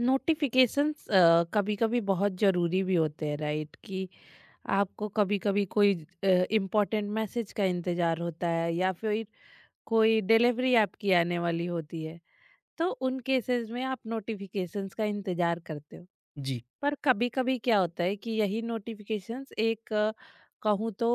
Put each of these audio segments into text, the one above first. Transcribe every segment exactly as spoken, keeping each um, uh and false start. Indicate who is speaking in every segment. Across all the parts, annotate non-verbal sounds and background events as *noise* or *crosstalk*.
Speaker 1: Notifications कभी कभी बहुत ज़रूरी भी होते हैं, राइट? कि आपको कभी कभी कोई इम्पोर्टेंट मैसेज का इंतज़ार होता है या फिर कोई डिलीवरी आपकी आने वाली होती है। तो उन केसेस में आप नोटिफिकेशंस का इंतज़ार करते हो।
Speaker 2: जी।
Speaker 1: पर कभी कभी क्या होता है कि यही नोटिफिकेशंस एक अ, कहूँ तो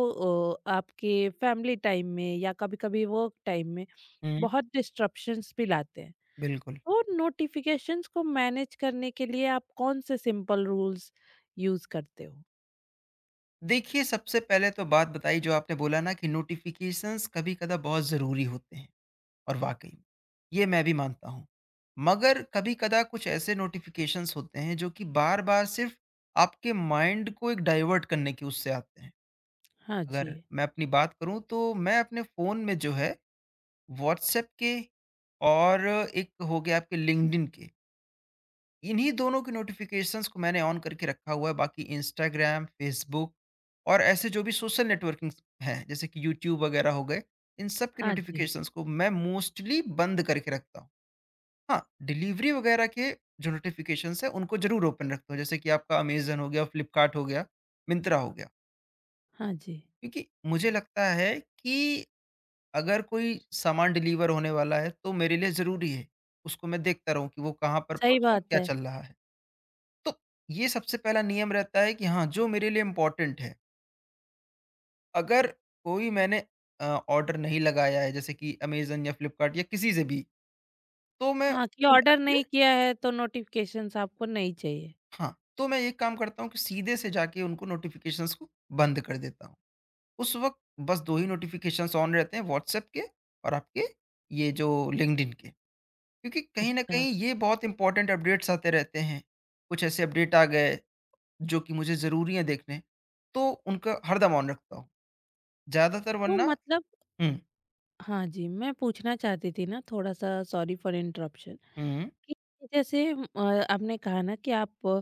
Speaker 1: अ, आपके फैमिली टाइम में या कभी कभी वर्क टाइम में
Speaker 2: हुँ,
Speaker 1: बहुत डिस्ट्रप्शंस भी लाते हैं।
Speaker 2: बिल्कुल।
Speaker 1: वो नोटिफिकेशंस को मैनेज करने के लिए आप कौन से सिंपल रूल्स यूज करते हो?
Speaker 2: देखिए, सबसे पहले तो बात बताई जो आपने बोला ना कि नोटिफ़िकेशंस कभी-कदा बहुत ज़रूरी होते हैं और वाक़ई में, ये मैं भी मानता हूँ। मगर कभी-कदा कुछ ऐसे नोटिफ़िकेशंस होते हैं जो कि बार-बार सिर्फ़ आपके माइंड को एक डाइवर्ट करने के उससे आते हैं।
Speaker 1: हाँ जी।
Speaker 2: अगर मैं अपनी बात करूँ तो मैं अपने फ़ोन में जो है व्हाट्सऐप के और एक हो गया आपके लिंक्डइन के, इन्हीं दोनों की नोटिफिकेशंस को मैंने ऑन करके रखा हुआ है। बाकी इंस्टाग्राम, फेसबुक और ऐसे जो भी सोशल नेटवर्किंग्स हैं जैसे कि यूट्यूब वगैरह हो गए, इन सब की
Speaker 1: हाँ जी।
Speaker 2: नोटिफिकेशंस को मैं मोस्टली बंद करके रखता हूँ। हाँ, डिलीवरी वगैरह के जो नोटिफिकेशंस हैं उनको ज़रूर ओपन रखता हूँ जैसे कि आपका अमेज़न हो गया, फ्लिपकार्ट हो गया, मिंत्रा हो गया।
Speaker 1: हाँ जी।
Speaker 2: क्योंकि मुझे लगता है कि अगर कोई सामान डिलीवर होने वाला है तो मेरे लिए ज़रूरी है, उसको मैं देखता रहूँ कि वो कहाँ पर
Speaker 1: सही
Speaker 2: पहुँचा,
Speaker 1: बात
Speaker 2: क्या
Speaker 1: है।
Speaker 2: चल रहा है। तो ये सबसे पहला नियम रहता है कि हाँ, जो मेरे लिए इम्पोर्टेंट है। अगर कोई मैंने अ, ऑर्डर नहीं लगाया है जैसे कि अमेज़न या फ्लिपकार्ट या किसी से भी, तो मैं
Speaker 1: हाँ, कि
Speaker 2: उन ऐप
Speaker 1: ऑर्डर
Speaker 2: पे।
Speaker 1: नहीं किया है तो नोटिफिकेशंस आपको नहीं चाहिए।
Speaker 2: हाँ, तो मैं ये काम करता हूँ कि सीधे से जाके उनको नोटिफ़िकेशंस को बंद कर देता हूँ। उस वक़्त बस दो ही नोटिफ़िकेशंस ऑन रहते हैं व्हाट्सएप के और आपके ये जो लिंक्डइन के। क्योंकि कहीं न
Speaker 1: अच्छा,
Speaker 2: कहीं ये बहुत इम्पोर्टेंट अपडेट्स आते रहते हैं। कुछ ऐसे अपडेट आ गए जो कि मुझे ज़रूरी हैं देखने, तो उनका हरदम ऑन रखता हूँ। ज़्यादातर
Speaker 1: वो
Speaker 2: वरना।
Speaker 1: मतलब
Speaker 2: हुँ,
Speaker 1: हाँ जी, मैं पूछना चाहती थी ना थोड़ा-सा। सॉरी फॉर इंटरप्शन,
Speaker 2: हुँ।
Speaker 1: कि जैसे अ, आपने कहा ना कि आप अ,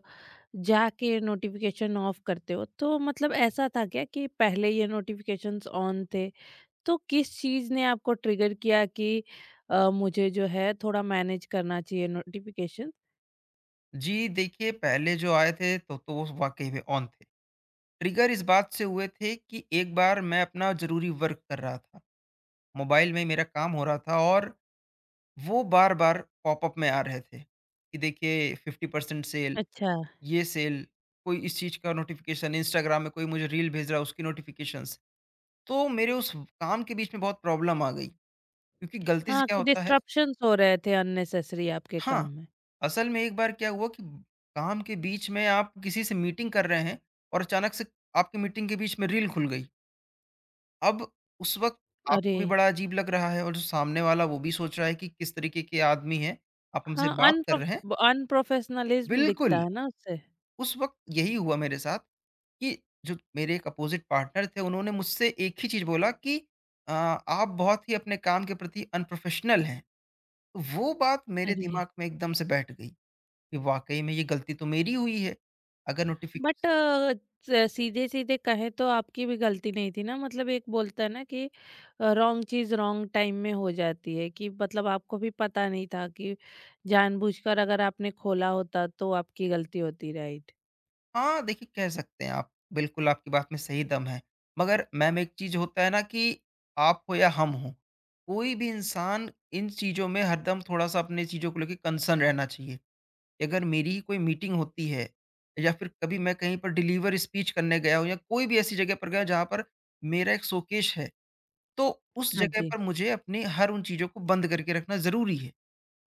Speaker 1: जाके नोटिफिकेशन ऑफ करते हो, तो मतलब ऐसा था क्या कि पहले ये नोटिफिकेशंस ऑन थे? तो किस चीज़ ने आपको ट्रिगर किया कि अ, मुझे जो है थोड़ा मैनेज करना चाहिए नोटिफिकेशन?
Speaker 2: जी, देखिए पहले जो आए थे तो, तो वो वाक़ई में ऑन थे। ट्रिगर इस बात से हुए थे कि एक बार मैं अपना ज़रूरी वर्क कर रहा था, मोबाइल में ही मेरा काम हो रहा था और वो बार-बार पॉपअप में आ रहे थे कि देखिए फिफ्टी परसेंट सेल,
Speaker 1: अच्छा।
Speaker 2: ये सेल, कोई इस चीज़ का नोटिफ़िकेशन, इंस्टाग्राम में कोई मुझे रील भेज रहा है उसकी नोटिफ़िकेशंस। तो मेरे उस काम के बीच में बहुत प्रॉब्लम आ गई क्योंकि गलती से
Speaker 1: हाँ,
Speaker 2: क्या
Speaker 1: कि
Speaker 2: होता है।
Speaker 1: डिस्ट्रप्शंस हो रहे थे अननेसेसरी आपके काम
Speaker 2: हाँ,
Speaker 1: में।
Speaker 2: असल में एक बार क्या हुआ कि काम के बीच में आप किसी से मीटिंग कर रहे हैं और अचानक से आपकी मीटिंग के बीच में रील खुल गई। अब उस वक़्त आपको
Speaker 1: अरे!
Speaker 2: भी बड़ा अजीब लग रहा है और जो सामने वाला वो भी सोच रहा है कि किस तरीके के आदमी हैं, आप हमसे
Speaker 1: हाँ,
Speaker 2: बात कर
Speaker 1: अनप्रोफ
Speaker 2: रहे हैं।
Speaker 1: अनप्रोफेशनलिज़्म दिखता
Speaker 2: बिल्कुल,
Speaker 1: है ना उससे।
Speaker 2: उस वक़्त यही हुआ मेरे साथ कि जो मेरे एक अपोज़िट पार्टनर थे उन्होंने मुझसे एक ही चीज़ बोला कि अ, आप बहुत ही अपने काम के प्रति अनप्रोफ़ेशनल हैं। तो वो बात मेरे
Speaker 1: अरे!
Speaker 2: दिमाग में एकदम से बैठ गई। कि वाक़ई में ये गलती तो मेरी हुई है। अगर
Speaker 1: बट
Speaker 2: नोटिफ़िकेशंस।
Speaker 1: स सीधे-सीधे कहें तो आपकी भी गलती नहीं थी ना। मतलब एक बोलता है ना कि अ, रॉन्ग चीज़ रॉन्ग टाइम में हो जाती है। कि मतलब आपको भी पता नहीं था कि जानबूझकर अगर आपने खोला होता तो आपकी गलती होती, राइट?
Speaker 2: हाँ, देखिए कह सकते हैं आप, बिल्कुल आपकी बात में सही दम है। मगर मैम एक चीज़ होता है ना कि आप हो या हम हों, कोई भी इंसान इन चीज़ों में हरदम थोड़ा-सा अपनी चीज़ों को लेके कंसर्न रहना चाहिए। कि अगर मेरी ही कोई मीटिंग होती है या फिर कभी मैं कहीं पर डिलीवर स्पीच करने गया हूँ या कोई भी ऐसी जगह पर गया जहाँ पर मेरा एक शोकेस है, तो उस
Speaker 1: हाँ
Speaker 2: जगह
Speaker 1: जी।
Speaker 2: पर मुझे अपनी हर उन चीज़ों को बंद करके रखना ज़रूरी है।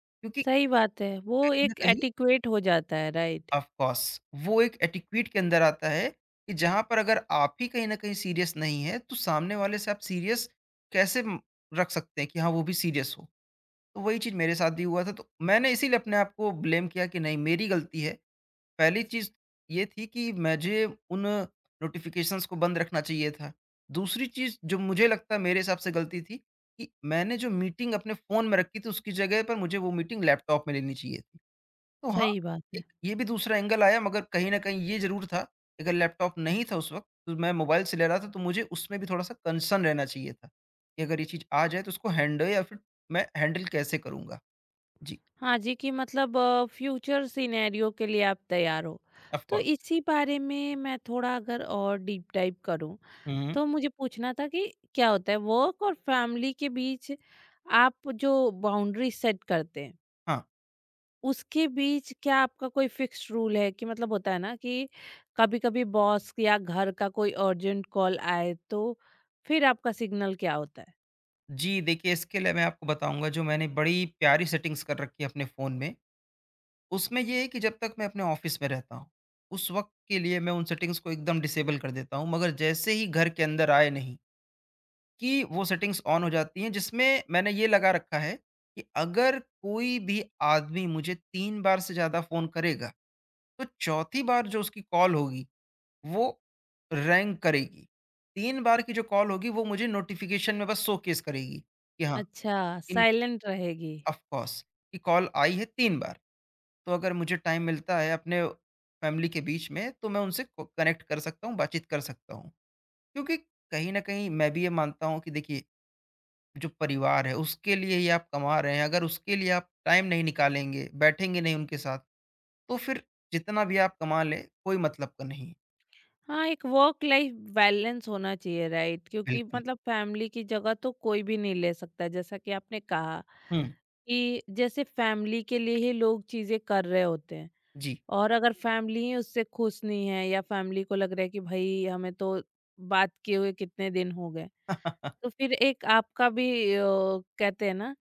Speaker 2: क्योंकि
Speaker 1: सही बात है। वो
Speaker 2: कहीं न
Speaker 1: एक
Speaker 2: कहीं
Speaker 1: एटिक्वेट हो जाता है, राइट?
Speaker 2: ऑफ कोर्स वो एक एटिक्यूट के अंदर आता है कि जहाँ पर अगर आप ही कहीं न कहीं सीरियस नहीं है, तो सामने वाले से आप सीरियस कैसे उम, रख सकते हैं कि हाँ, वो भी सीरियस हो। तो वही चीज़ मेरे साथ भी हुआ था, तो मैंने इसीलिए अपने आप को ब्लेम किया कि नहीं मेरी गलती है। पहली चीज़ ये थी कि मुझे उन नोटिफ़िकेशंस को बंद रखना चाहिए था। दूसरी चीज़ जो मुझे लगता है मेरे हिसाब से गलती थी कि मैंने जो मीटिंग अपने फ़ोन में रखी थी उसकी जगह पर मुझे वो मीटिंग लैपटॉप में लेनी चाहिए थी। तो हाँ,
Speaker 1: सही बात है।
Speaker 2: एक ये भी दूसरा एंगल आया मगर कहीं न कहीं ये ज़रूर था, कि अगर लैपटॉप नहीं था उस वक़्त, तो मैं मोबाइल से ले रहा था तो मुझे उसमें भी थोड़ा-सा कंसर्न रहना चाहिए था, कि अगर ये चीज़ आ जाए तो उसको हैंडल या फिर मैं हैंडल कैसे करूँगा? जी,
Speaker 1: हाँ जी, कि मतलब अ, फ्यूचर सिनेरियो के लिए आप तैयार हो।
Speaker 2: ऑफ
Speaker 1: तो
Speaker 2: कोर्स।
Speaker 1: इसी बारे में मैं थोड़ा अगर और डीप डाइव करूँ,
Speaker 2: हुँ,
Speaker 1: तो मुझे पूछना था कि क्या होता है वर्क और फैमिली के बीच आप जो बाउंड्री सेट करते हैं,
Speaker 2: हाँ।
Speaker 1: उसके बीच क्या आपका कोई फिक्स्ड रूल है? कि मतलब होता है ना कि कभी-कभी बॉस या घर का कोई अर्जेंट कॉल आए, तो फिर आपका सिग्नल क्या होता है?
Speaker 2: जी, देखिए इसके लिए मैं आपको बताऊँगा जो मैंने बड़ी प्यारी सेटिंग्स कर रखी है अपने फ़ोन में, उसमें ये है कि जब तक मैं अपने ऑफ़िस में रहता हूँ, उस वक़्त के लिए मैं उन सेटिंग्स को एकदम डिसेबल कर देता हूँ मगर जैसे ही घर के अंदर आए नहीं कि वो सेटिंग्स ऑन हो जाती हैं जिसमें मैंने ये लगा रखा है कि अगर कोई भी आदमी मुझे तीन बार से ज़्यादा फ़ोन करेगा, तो चौथी बार जो उसकी कॉल होगी, वो रैंग करेगी। तीन बार की जो कॉल होगी वो मुझे नोटिफ़िकेशन में बस शोकेस करेगी कि हाँ,
Speaker 1: अच्छा,
Speaker 2: इन
Speaker 1: साइलेंट रहेगी।
Speaker 2: ऑफ कोर्स कि कॉल आई है तीन बार। तो अगर मुझे टाइम मिलता है अपने फैमिली के बीच में तो मैं उनसे क कनेक्ट कर सकता हूँ, बातचीत कर सकता हूँ। क्योंकि कहीं न कहीं मैं भी ये मानता हूँ कि देखिए जो परिवार है उसके लिए ही आप कमा रहे हैं, अगर उसके लिए आप टाइम नहीं निकालेंगे, बैठेंगे नहीं उनके साथ, तो फिर जितना भी आप कमा लें, कोई मतलब का नहीं है।
Speaker 1: हाँ, एक वर्क लाइफ बैलेंस होना चाहिए, राइट? क्योंकि
Speaker 2: बिल्कुल।
Speaker 1: मतलब फैमिली की जगह तो कोई भी नहीं ले सकता, जैसा कि आपने कहा।
Speaker 2: हुँ,
Speaker 1: कि जैसे फैमिली के लिए ही लोग चीज़ें कर रहे होते हैं,
Speaker 2: जी।
Speaker 1: और अगर फैमिली ही उससे खुश नहीं है या फैमिली को लग रहा है कि भाई हमें तो बात किए हुए कितने दिन हो गए। तो
Speaker 2: *laughs*
Speaker 1: फिर एक आपका भी अ, कहते हैं ना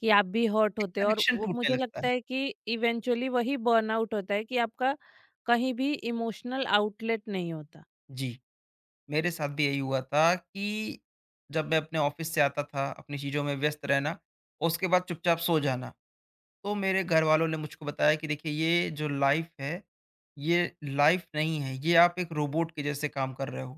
Speaker 1: कि आप भी हर्ट
Speaker 2: एक
Speaker 1: होते हो, और
Speaker 2: कनेक्शन
Speaker 1: वो
Speaker 2: टूटने
Speaker 1: मुझे
Speaker 2: लगता है।
Speaker 1: लगता है कि इवेंचुअली वही बर्नआउट होता है कि आपका कहीं भी इमोशनल आउटलेट नहीं होता।
Speaker 2: जी, मेरे साथ भी यही हुआ था कि जब मैं अपने ऑफ़िस से आता था, अपनी चीज़ों में व्यस्त रहना, और उसके बाद चुपचाप सो जाना। तो मेरे घर वालों ने मुझको बताया कि देखिए ये जो लाइफ है, ये लाइफ नहीं है, ये आप एक रोबोट के जैसे काम कर रहे हो।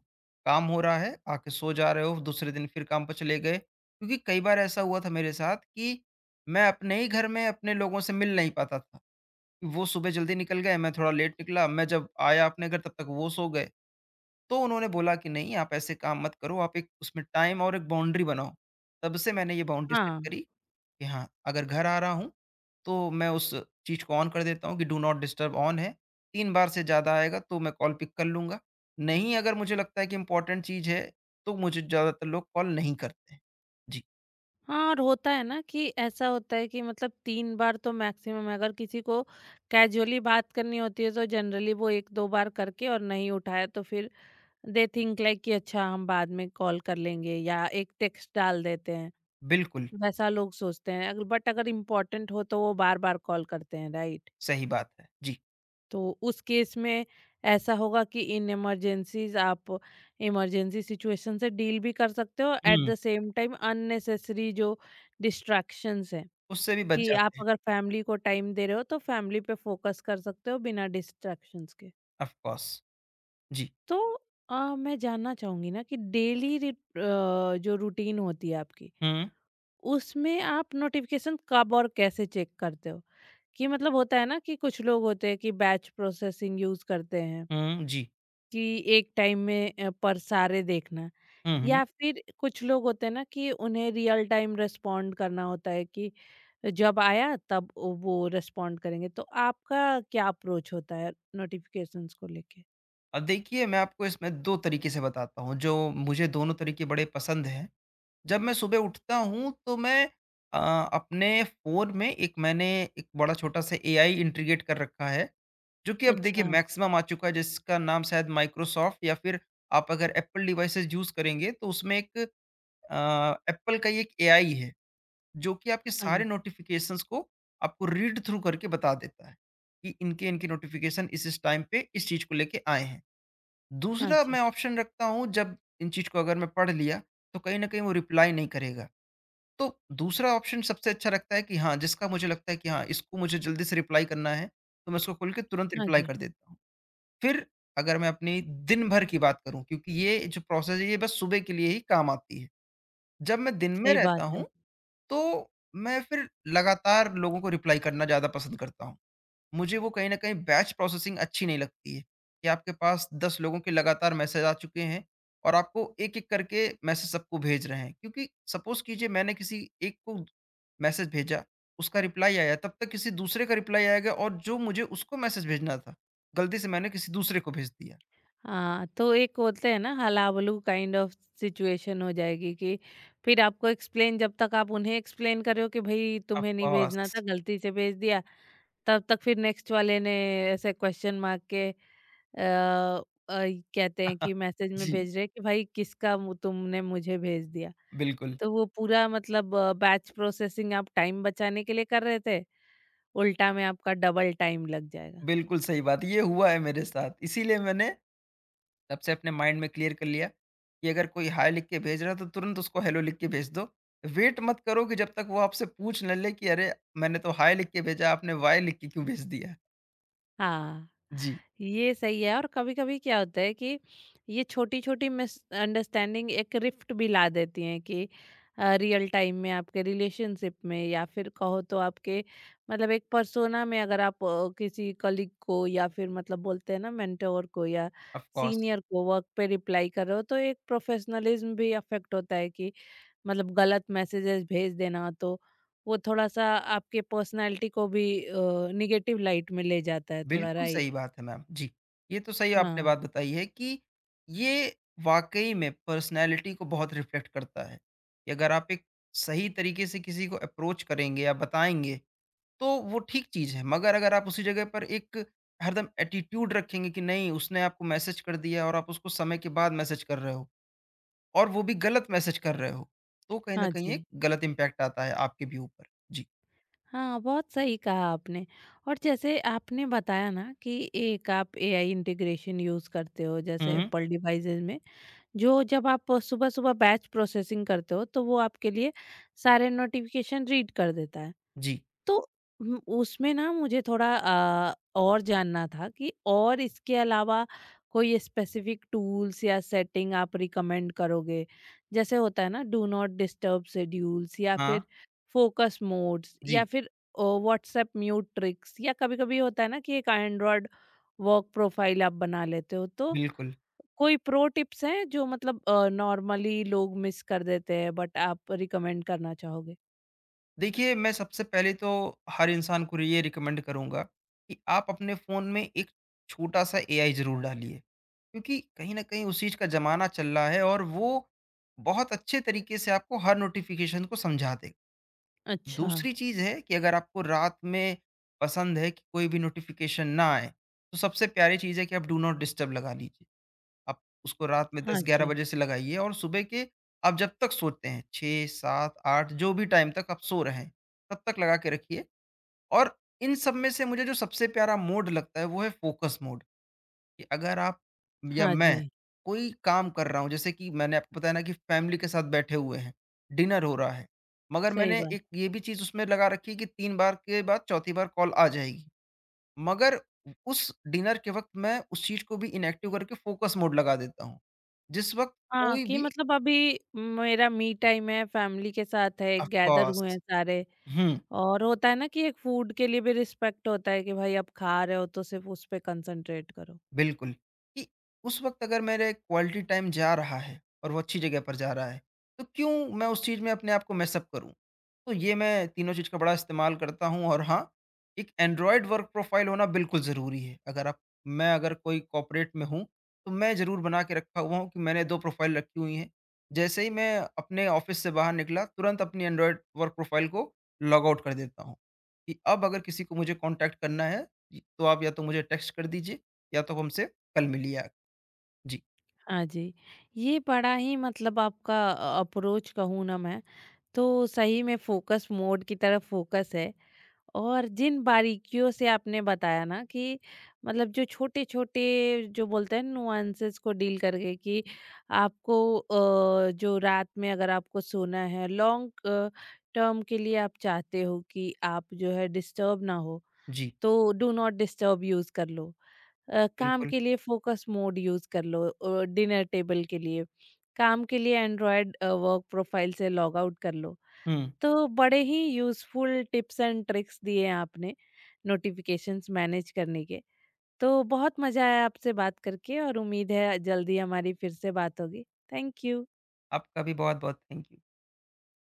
Speaker 2: काम हो रहा है, आके सो जा रहे हो, दूसरे दिन फिर काम पे चले गए। क्योंकि कई बार ऐसा हुआ था मेरे साथ कि मैं अपने ही घर में अपने लोगों से मिल नहीं पाता था। वो सुबह जल्दी निकल गए, मैं थोड़ा लेट निकला, मैं जब आया अपने घर तब तक वो सो गए। तो उन्होंने बोला कि नहीं आप ऐसे काम मत करो, आप एक उसमें टाइम और एक बाउंड्री बनाओ। तब से मैंने ये बाउंड्री सेट
Speaker 1: हाँ।
Speaker 2: करी कि हाँ, अगर घर आ रहा हूँ, तो मैं उस चीज़ को ऑन कर देता हूँ कि डू नॉट डिस्टर्ब ऑन है। तीन बार से ज़्यादा आएगा तो मैं कॉल पिक कर लूँगा। नहीं अगर मुझे लगता है कि इम्पोर्टेंट चीज़ है, तो मुझे ज़्यादातर लोग कॉल नहीं करते हैं। जी,
Speaker 1: हाँ, और होता है ना कि ऐसा होता है कि मतलब तीन बार तो मैक्सिमम, अगर किसी को कैजुअली बात करनी होती है तो जनरली वो एक दो बार करके और नहीं उठाया, तो फिर दे थिंक लाइक कि अच्छा हम बाद में कॉल कर लेंगे या एक टेक्स्ट डाल देते हैं।
Speaker 2: बिल्कुल
Speaker 1: वैसा लोग सोचते हैं अगर, बट अगर इम्पोर्टेंट हो तो वो बार बार कॉल करते हैं, राइट?
Speaker 2: सही बात है। जी।
Speaker 1: तो उस केस में ऐसा होगा कि इन इमरजेंसीज आप इमरजेंसी सिचुएशन से डील भी कर सकते हो, एट
Speaker 2: हुँ।
Speaker 1: द सेम टाइम अननेसेसरी जो डिस्ट्रैक्शंस हैं,
Speaker 2: उससे भी बच
Speaker 1: कि आप
Speaker 2: जाते हैं,
Speaker 1: अगर फैमिली को टाइम दे रहे हो तो फैमिली पे फोकस कर सकते हो बिना डिस्ट्रैक्शंस के।
Speaker 2: Of course. जी।
Speaker 1: तो अ, मैं जानना चाहूंगी ना कि डेली जो रूटीन होती है आपकी,
Speaker 2: हुँ,
Speaker 1: उसमें आप नोटिफिकेशन कब और कैसे चेक करते हो? कि मतलब होता है ना कि कुछ लोग होते हैं कि बैच प्रोसेसिंग यूज करते हैं,
Speaker 2: हुँ, जी।
Speaker 1: कि एक टाइम में अ, पर सारे देखना,
Speaker 2: हुँ, हुँ।
Speaker 1: या फिर कुछ लोग होते हैं ना कि उन्हें रियल टाइम रेस्पॉन्ड करना होता है कि जब आया तब वो रेस्पॉन्ड करेंगे। तो आपका क्या अप्रोच होता है नोटिफिकेशंस को लेके?
Speaker 2: अब देखिए मैं आपको इसमें दो तरीके से बताता हूँ, जो मुझे दोनों तरीके बड़े पसंद हैं। जब मैं सुबह उठता हूँ तो मैं अ, अपने फ़ोन में एक मैंने एक बड़ा छोटा-सा एआई इंटीग्रेट कर रखा है, जो कि अब देखिए
Speaker 1: अच्छा।
Speaker 2: मैक्सिमम आ चुका है जिसका नाम शायद माइक्रोसॉफ्ट या फिर आप अगर एप्पल डिवाइसेज़ यूज़ करेंगे तो उसमें एक अ, एप्पल का ही एक एआई है, जो कि आपके
Speaker 1: हाँ
Speaker 2: सारे
Speaker 1: जी।
Speaker 2: नोटिफ़िकेशंस को आपको रीड थ्रू करके बता देता है, कि इनके, इनके नोटिफ़िकेशन इस, इस टाइम पे इस चीज़ को लेके आए हैं।
Speaker 1: हाँ
Speaker 2: दूसरा
Speaker 1: जी।
Speaker 2: मैं ऑप्शन रखता हूँ जब इन चीज़ को अगर मैं पढ़ लिया, तो कहीं न कहीं वो रिप्लाई नहीं करेगा। तो दूसरा ऑप्शन सबसे अच्छा लगता है कि हाँ, जिसका मुझे लगता है कि हाँ, इसको मुझे जल्दी से रिप्लाई करना है, तो मैं उसको खोल के तुरंत
Speaker 1: हाँ
Speaker 2: रिप्लाई
Speaker 1: जी।
Speaker 2: कर देता हूँ। फिर अगर मैं अपनी दिन भर की बात करूँ क्योंकि ये जो प्रोसेस है, ये बस सुबह के लिए ही काम आती है। जब मैं दिन में
Speaker 1: सही बात
Speaker 2: रहता
Speaker 1: है।
Speaker 2: हूँ, तो मैं फिर लगातार लोगों को रिप्लाई करना ज़्यादा पसंद करता हूँ। मुझे वो कहीं न कहीं बैच प्रोसेसिंग अच्छी नहीं लगती है, कि आपके पास दस लोगों के लगातार मैसेज आ चुके हैं और आपको एक-एक करके मैसेज सबको भेज रहे हैं। क्योंकि सपोज़ कीजिए मैंने किसी एक को मैसेज भेजा, उसका रिप्लाई आया, तब तक किसी दूसरे का रिप्लाई आएगा और जो मुझे उसको मैसेज भेजना था, गलती से मैंने किसी दूसरे को भेज दिया।
Speaker 1: हाँ, तो एक होते हैं ना हलाबलू काइंड ऑफ सिचुएशन हो जाएगी कि फिर आपको एक्सप्लेन, जब तक आप उन्हें एक्सप्लेन कर रहे हो कि भाई
Speaker 2: ऑफ़
Speaker 1: तुम्हें नहीं भेजना था,
Speaker 2: कोर्स।
Speaker 1: गलती से भेज दिया, तब तक फिर नेक्स्ट वाले ने ऐसे क्वेश्चन मार्क के आ, कहते हैं कि
Speaker 2: *laughs*
Speaker 1: मैसेज में
Speaker 2: जी,
Speaker 1: भेज रहे हैं कि भाई किसका मु- तुमने मुझे भेज दिया।
Speaker 2: बिल्कुल।
Speaker 1: तो वो पूरा मतलब बैच प्रोसेसिंग आप टाइम बचाने के लिए कर रहे थे, उल्टा में आपका डबल टाइम लग जाएगा।
Speaker 2: बिल्कुल सही बात, ये हुआ है मेरे साथ, इसीलिए मैंने तब से अपने माइंड में क्लियर कर लिया कि अगर कोई हाय लिख के भेज रहा है तो तुरंत उसको हेलो लिख के भेज दो। वेट मत करो कि जब तक वो आपसे पूछ ना ले कि अरे मैंने तो हाय लिख के भेजा आपने वाय लिख के क्यों भेज दिया?
Speaker 1: हाँ,
Speaker 2: जी,
Speaker 1: ये सही है। और कभी-कभी क्या होता है कि ये छोटी-छोटी मिसअंडरस्टैंडिंग एक रिफ्ट भी ला देती हैं कि अ, रियल टाइम में आपके रिलेशनशिप में, या फिर कहो तो आपके मतलब एक पर्सोना में, अगर आप अ, किसी कलीग को या फिर मतलब बोलते हैं ना मेंटोर को या
Speaker 2: ऑफ कोर्स
Speaker 1: सीनियर को वर्क पे रिप्लाई कर रहे हो, तो एक प्रोफेशनलिज्म भी अफेक्ट होता है कि मतलब गलत मैसेजेस भेज देना, तो वो थोड़ा-सा आपके पर्सनैलिटी को भी अ, नेगेटिव लाइट में ले जाता है थोड़ा,
Speaker 2: बिल्कुल
Speaker 1: राइट?
Speaker 2: सही बात है मैम। जी, ये तो सही आपने
Speaker 1: हाँ।
Speaker 2: बात बताई है कि ये वाक़ई में पर्सनैलिटी को बहुत रिफ्लेक्ट करता है कि अगर आप एक सही तरीके से किसी को अप्रोच करेंगे या बताएँगे तो वो ठीक चीज़ है। मगर अगर आप उसी जगह पर एक हरदम एटीट्यूड रखेंगे कि नहीं उसने आपको मैसेज कर दिया और आप उसको समय के बाद मैसेज कर रहे हो और वो भी गलत मैसेज कर रहे हो, तो कहीं न
Speaker 1: हाँ
Speaker 2: कहीं
Speaker 1: जी।
Speaker 2: एक गलत इम्पैक्ट आता है आपके भी ऊपर। जी।
Speaker 1: हाँ, बहुत सही कहा आपने। और जैसे आपने बताया ना कि एक आप एआई इंटीग्रेशन यूज़ करते हो जैसे
Speaker 2: हुँ,
Speaker 1: एप्पल डिवाइसेज़ में, जो जब आप सुबह-सुबह बैच प्रोसेसिंग करते हो, तो वो आपके लिए सारे नोटिफ़िकेशन रीड कर देता है।
Speaker 2: जी।
Speaker 1: तो उम, उसमें ना मुझे थोड़ा अ, और जानना था कि और इसके अलावा कोई स्पेसिफिक टूल्स या सेटिंग आप रिकमेंड करोगे? जैसे होता है ना डू नॉट डिस्टर्ब शेड्यूल्स, या
Speaker 2: हाँ,
Speaker 1: फिर फोकस मोड्स, या
Speaker 2: जी,
Speaker 1: फिर अ, व्हाट्सएप म्यूट ट्रिक्स, या कभी-कभी होता है ना कि एक एंड्रॉयड वर्क प्रोफाइल आप बना लेते हो। तो
Speaker 2: बिल्कुल।
Speaker 1: कोई प्रो टिप्स हैं जो मतलब अ, नॉर्मली लोग मिस कर देते हैं बट आप रिकमेंड करना चाहोगे?
Speaker 2: देखिए, मैं सबसे पहले तो हर इंसान को ये रिकमेंड करूँगा कि आप अपने फ़ोन में एक छोटा-सा एआई ज़रूर डालिए। क्योंकि कहीं न कहीं उस चीज़ का ज़माना चल रहा है और वो बहुत अच्छे तरीके से आपको हर नोटिफ़िकेशन को समझा देगा।
Speaker 1: अच्छा।
Speaker 2: दूसरी चीज़ है कि अगर आपको रात में पसंद है कि कोई भी नोटिफ़िकेशन ना आए, तो सबसे प्यारी चीज़ है कि आप डू नॉट डिस्टर्ब लगा लीजिए। आप उसको रात में
Speaker 1: हाँ
Speaker 2: दस ग्यारह
Speaker 1: जी।
Speaker 2: बजे से लगाइए और सुबह के आप जब तक सोते हैं छह, सात, आठ जो भी टाइम तक आप सो रहे हैं, तब तक लगा के रखिए और इन सब में से मुझे जो सबसे प्यारा मोड लगता है वो है फ़ोकस मोड। कि अगर आप या
Speaker 1: हाँ
Speaker 2: मैं
Speaker 1: जी।
Speaker 2: कोई काम कर रहा हूँ, जैसे कि मैंने आपको बताया ना कि फैमिली के साथ बैठे हुए हैं, डिनर हो रहा है, मगर
Speaker 1: सही
Speaker 2: मैंने
Speaker 1: बात।
Speaker 2: एक ये भी चीज़ उसमें लगा रखी है कि तीन बार के बाद चौथी बार कॉल आ जाएगी। मगर उस डिनर के वक़्त मैं उस चीज़ को भी इनएक्टिव करके फ़ोकस मोड लगा देता हूँ, जिस वक़्त
Speaker 1: हाँ,
Speaker 2: कोई
Speaker 1: कि
Speaker 2: भी
Speaker 1: मतलब अभी मेरा मी टाइम है, फैमिली के साथ है,
Speaker 2: ऑफ
Speaker 1: गैदर हुए
Speaker 2: कोर्स
Speaker 1: हैं सारे।
Speaker 2: हुँ।
Speaker 1: और होता है ना कि एक फूड के लिए भी रिस्पेक्ट होता है कि भाई आप खा रहे हो तो सिर्फ उस पे कंसंट्रेट करो।
Speaker 2: बिल्कुल, कि उस वक़्त अगर मेरे क्वालिटी टाइम जा रहा है और वो अच्छी जगह पर जा रहा है, तो क्यों मैं उस चीज़ में अपने आप को मैस अप करूँ? तो ये मैं तीनों चीज़ का बड़ा इस्तेमाल करता हूँ और हाँ, एक एंड्रॉयड वर्क प्रोफ़ाइल होना बिल्कुल ज़रूरी है। अगर आप मैं अगर कोई कॉर्पोरेट में हूँ, तो मैं ज़रूर बना के रखा हुआ हूँ कि मैंने दो प्रोफ़ाइल रखी हुई हैं। जैसे ही मैं अपने ऑफ़िस से बाहर निकला, तुरंत अपनी एंड्रॉयड वर्क प्रोफ़ाइल को लॉग आउट कर देता हूँ। कि अब अगर किसी को मुझे कॉन्टैक्ट करना है, इ तो आप या तो मुझे टेक्स्ट कर दीजिए या तो हमसे कल मिलिए आप। जी,
Speaker 1: हाँ जी। ये बड़ा ही मतलब आपका अ, अप्रोच कहूँ ना मैं, तो सही में फ़ोकस मोड की तरफ फ़ोकस है। और जिन बारीकियों से आपने बताया ना कि मतलब जो छोटे छोटे जो बोलते हैं नुआंसेस को डील करके कि आपको अ, जो रात में अगर आपको सोना है लॉन्ग टर्म के लिए, आप चाहते हो कि आप जो है डिस्टर्ब ना हो,
Speaker 2: जी,
Speaker 1: तो डू नॉट डिस्टर्ब यूज कर लो, अ, काम
Speaker 2: बिल्कुल।
Speaker 1: के लिए फोकस मोड यूज कर लो, डिनर टेबल के लिए, काम के लिए एंड्रॉयड वर्क प्रोफाइल से लॉग आउट कर लो।
Speaker 2: हुँ,
Speaker 1: तो बड़े ही यूज़फुल टिप्स एंड ट्रिक्स दिए हैं आपने नोटिफिकेशंस मैनेज करने के। तो बहुत मज़ा आया आपसे बात करके, और उम्मीद है जल्दी हमारी फिर से बात होगी। Thank you.
Speaker 2: आपका भी बहुत-बहुत थैंक यू।